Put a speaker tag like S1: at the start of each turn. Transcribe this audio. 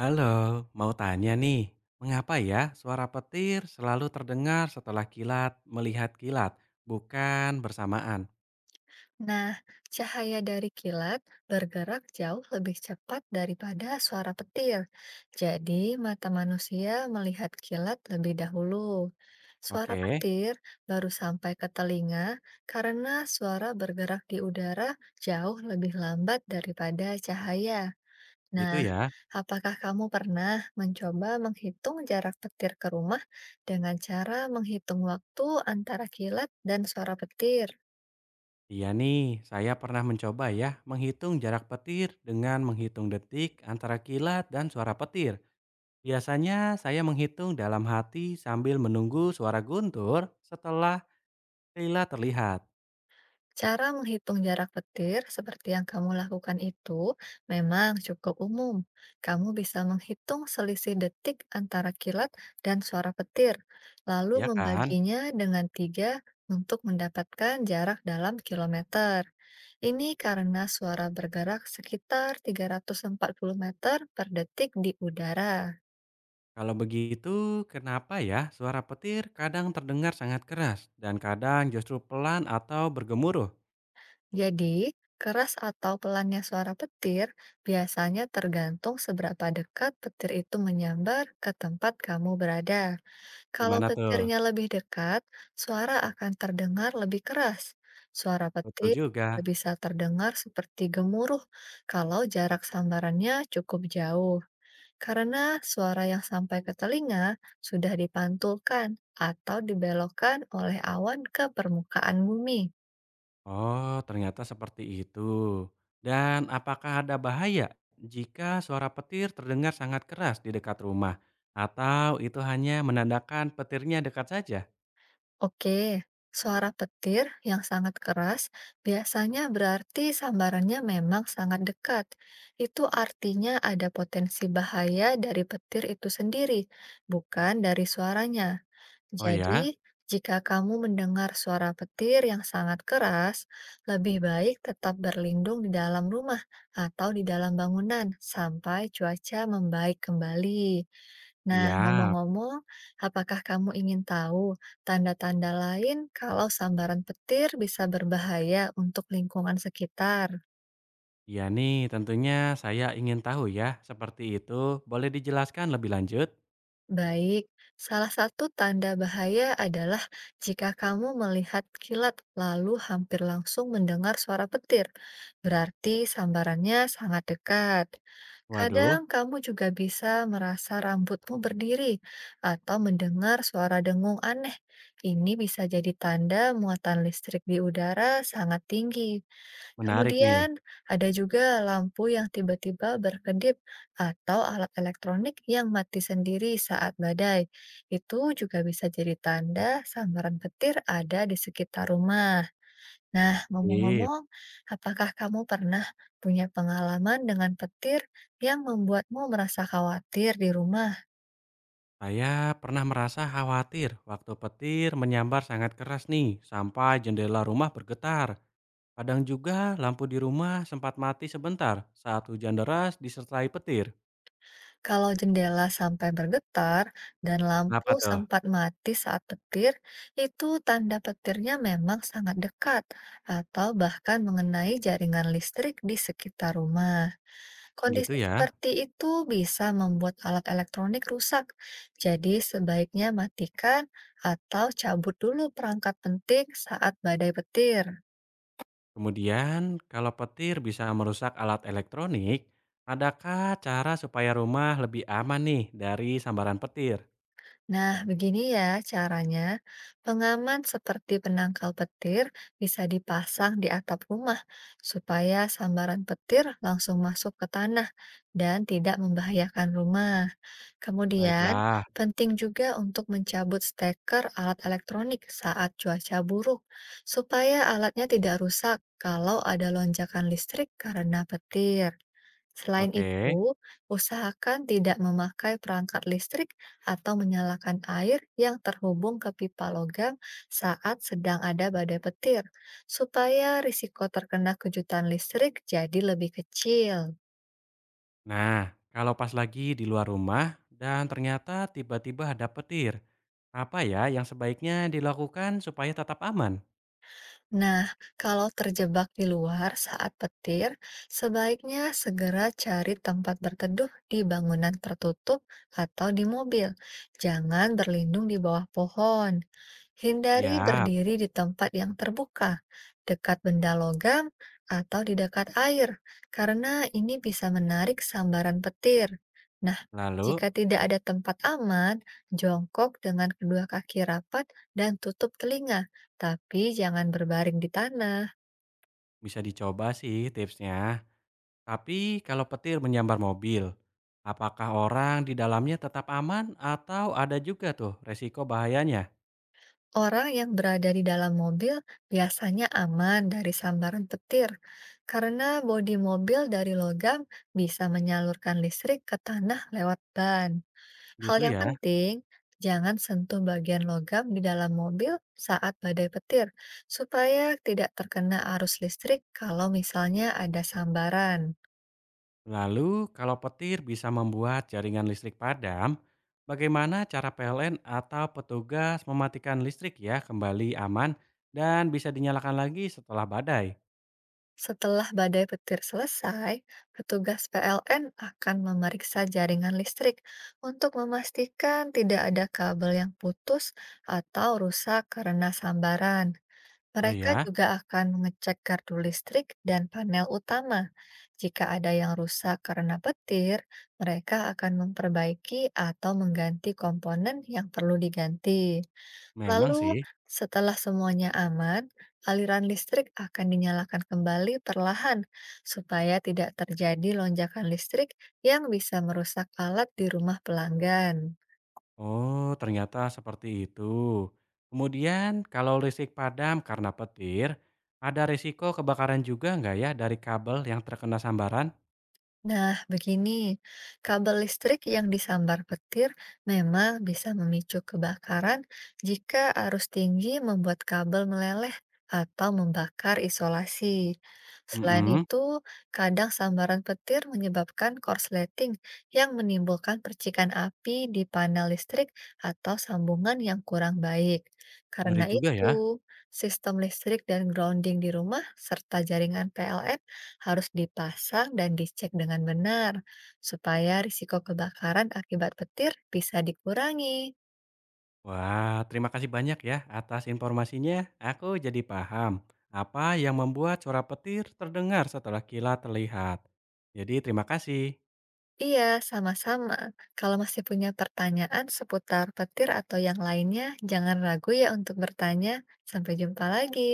S1: Halo, mau tanya nih, mengapa ya suara petir selalu terdengar setelah kilat melihat kilat, bukan bersamaan?
S2: Nah, cahaya dari kilat bergerak jauh lebih cepat daripada suara petir. Jadi, mata manusia melihat kilat lebih dahulu. Suara
S1: Oke,
S2: petir baru sampai ke telinga karena suara bergerak di udara jauh lebih lambat daripada cahaya.
S1: gitu
S2: Nah,
S1: ya.
S2: apakah kamu pernah mencoba menghitung jarak petir ke rumah dengan cara menghitung waktu antara kilat dan suara petir?
S1: Iya nih, saya pernah mencoba ya menghitung jarak petir dengan menghitung detik antara kilat dan suara petir. Biasanya saya menghitung dalam hati sambil menunggu suara guntur setelah kilat terlihat,
S2: Cara menghitung jarak petir seperti yang kamu lakukan itu memang cukup umum. Kamu bisa menghitung selisih detik antara kilat dan suara petir, lalu
S1: ya kan?
S2: membaginya dengan 3 untuk mendapatkan jarak dalam kilometer. Ini karena suara bergerak sekitar 340 meter per detik di udara.
S1: Kalau begitu, kenapa ya suara petir kadang terdengar sangat keras dan kadang justru pelan atau bergemuruh?
S2: Jadi, keras atau pelannya suara petir biasanya tergantung seberapa dekat petir itu menyambar ke tempat kamu berada. Kalau
S1: Gimana tuh?
S2: petirnya lebih dekat, suara akan terdengar lebih keras. Suara
S1: Betul
S2: petir juga
S1: juga.
S2: bisa terdengar seperti gemuruh kalau jarak sambarannya cukup jauh, karena suara yang sampai ke telinga sudah dipantulkan atau dibelokkan oleh awan ke permukaan bumi.
S1: Oh, ternyata seperti itu. Dan apakah ada bahaya jika suara petir terdengar sangat keras di dekat rumah? Atau itu hanya menandakan petirnya dekat saja?
S2: Oke, suara petir yang sangat keras biasanya berarti sambarannya memang sangat dekat. Itu artinya ada potensi bahaya dari petir itu sendiri, bukan dari suaranya.
S1: Oh ya?
S2: Jadi, jika kamu mendengar suara petir yang sangat keras, lebih baik tetap berlindung di dalam rumah atau di dalam bangunan sampai cuaca membaik kembali. Nah,
S1: Siap.
S2: ngomong-ngomong, apakah kamu ingin tahu tanda-tanda lain kalau sambaran petir bisa berbahaya untuk lingkungan sekitar?
S1: Iya nih, tentunya saya ingin tahu ya, seperti itu. Boleh dijelaskan lebih lanjut?
S2: Baik, salah satu tanda bahaya adalah jika kamu melihat kilat lalu hampir langsung mendengar suara petir, berarti sambarannya sangat dekat.
S1: Waduh,
S2: Kadang kamu juga bisa merasa rambutmu berdiri atau mendengar suara dengung aneh. Ini bisa jadi tanda muatan listrik di udara sangat tinggi.
S1: menarik nih.
S2: Kemudian ada juga lampu yang tiba-tiba berkedip atau alat elektronik yang mati sendiri saat badai. Itu juga bisa jadi tanda sambaran petir ada di sekitar rumah. Nah,
S1: Iya.
S2: ngomong-ngomong, apakah kamu pernah punya pengalaman dengan petir yang membuatmu merasa khawatir di rumah?
S1: Saya pernah merasa khawatir waktu petir menyambar sangat keras nih, sampai jendela rumah bergetar. Kadang juga lampu di rumah sempat mati sebentar saat hujan deras disertai petir.
S2: Kalau jendela sampai bergetar dan
S1: Kenapa
S2: lampu
S1: tuh?
S2: sempat mati saat petir, itu tanda petirnya memang sangat dekat atau bahkan mengenai jaringan listrik di sekitar rumah.
S1: Gitu
S2: Kondisi
S1: ya.
S2: seperti itu bisa membuat alat elektronik rusak. Jadi sebaiknya matikan atau cabut dulu perangkat penting saat badai petir.
S1: Kemudian, kalau petir bisa merusak alat elektronik, adakah cara supaya rumah lebih aman nih dari sambaran petir?
S2: Nah, begini ya caranya. Pengaman seperti penangkal petir bisa dipasang di atap rumah supaya sambaran petir langsung masuk ke tanah dan tidak membahayakan rumah. Kemudian,
S1: Baiklah,
S2: penting juga untuk mencabut steker alat elektronik saat cuaca buruk, supaya alatnya tidak rusak kalau ada lonjakan listrik karena petir. Selain
S1: oke.
S2: itu, usahakan tidak memakai perangkat listrik atau menyalakan air yang terhubung ke pipa logam saat sedang ada badai petir, supaya risiko terkena kejutan listrik jadi lebih kecil.
S1: Nah, kalau pas lagi di luar rumah dan ternyata tiba-tiba ada petir, apa ya yang sebaiknya dilakukan supaya tetap aman?
S2: Nah, kalau terjebak di luar saat petir, sebaiknya segera cari tempat berteduh di bangunan tertutup atau di mobil. Jangan berlindung di bawah pohon. Hindari
S1: Siap.
S2: berdiri di tempat yang terbuka, dekat benda logam, atau di dekat air, karena ini bisa menarik sambaran petir. Nah,
S1: Lalu
S2: jika tidak ada tempat aman, jongkok dengan kedua kaki rapat dan tutup telinga tapi jangan berbaring di tanah.
S1: bisa dicoba sih tipsnya. Tapi kalau petir menyambar mobil, apakah orang di dalamnya tetap aman atau ada juga tuh resiko bahayanya?
S2: Orang yang berada di dalam mobil biasanya aman dari sambaran petir, karena bodi mobil dari logam bisa menyalurkan listrik ke tanah lewat ban. Hal
S1: Gitu
S2: yang
S1: ya.
S2: penting, jangan sentuh bagian logam di dalam mobil saat badai petir, supaya tidak terkena arus listrik kalau misalnya ada sambaran.
S1: Lalu kalau petir bisa membuat jaringan listrik padam, bagaimana cara PLN atau petugas mematikan listrik ya kembali aman dan bisa dinyalakan lagi setelah badai?
S2: Setelah badai petir selesai, petugas PLN akan memeriksa jaringan listrik untuk memastikan tidak ada kabel yang putus atau rusak karena sambaran.
S1: Oh
S2: Mereka
S1: ya,
S2: juga akan mengecek gardu listrik dan panel utama. Jika ada yang rusak karena petir, mereka akan memperbaiki atau mengganti komponen yang perlu diganti.
S1: memang
S2: Lalu,
S1: sih.
S2: setelah semuanya aman, aliran listrik akan dinyalakan kembali perlahan supaya tidak terjadi lonjakan listrik yang bisa merusak alat di rumah pelanggan.
S1: Oh, ternyata seperti itu. Kemudian kalau listrik padam karena petir, ada risiko kebakaran juga nggak ya dari kabel yang terkena sambaran?
S2: Nah, begini, kabel listrik yang disambar petir memang bisa memicu kebakaran jika arus tinggi membuat kabel meleleh atau membakar isolasi. Selain
S1: Mm-mm,
S2: itu, kadang sambaran petir menyebabkan korsleting yang menimbulkan percikan api di panel listrik atau sambungan yang kurang baik.
S1: ngeri
S2: Karena
S1: juga ya.
S2: itu, sistem listrik dan grounding di rumah serta jaringan PLN harus dipasang dan dicek dengan benar supaya risiko kebakaran akibat petir bisa dikurangi.
S1: Wah, terima kasih banyak ya atas informasinya. Aku jadi paham apa yang membuat suara petir terdengar setelah kilat terlihat. Jadi terima kasih.
S2: Iya, sama-sama. Kalau masih punya pertanyaan seputar petir atau yang lainnya, jangan ragu ya untuk bertanya. Sampai jumpa lagi.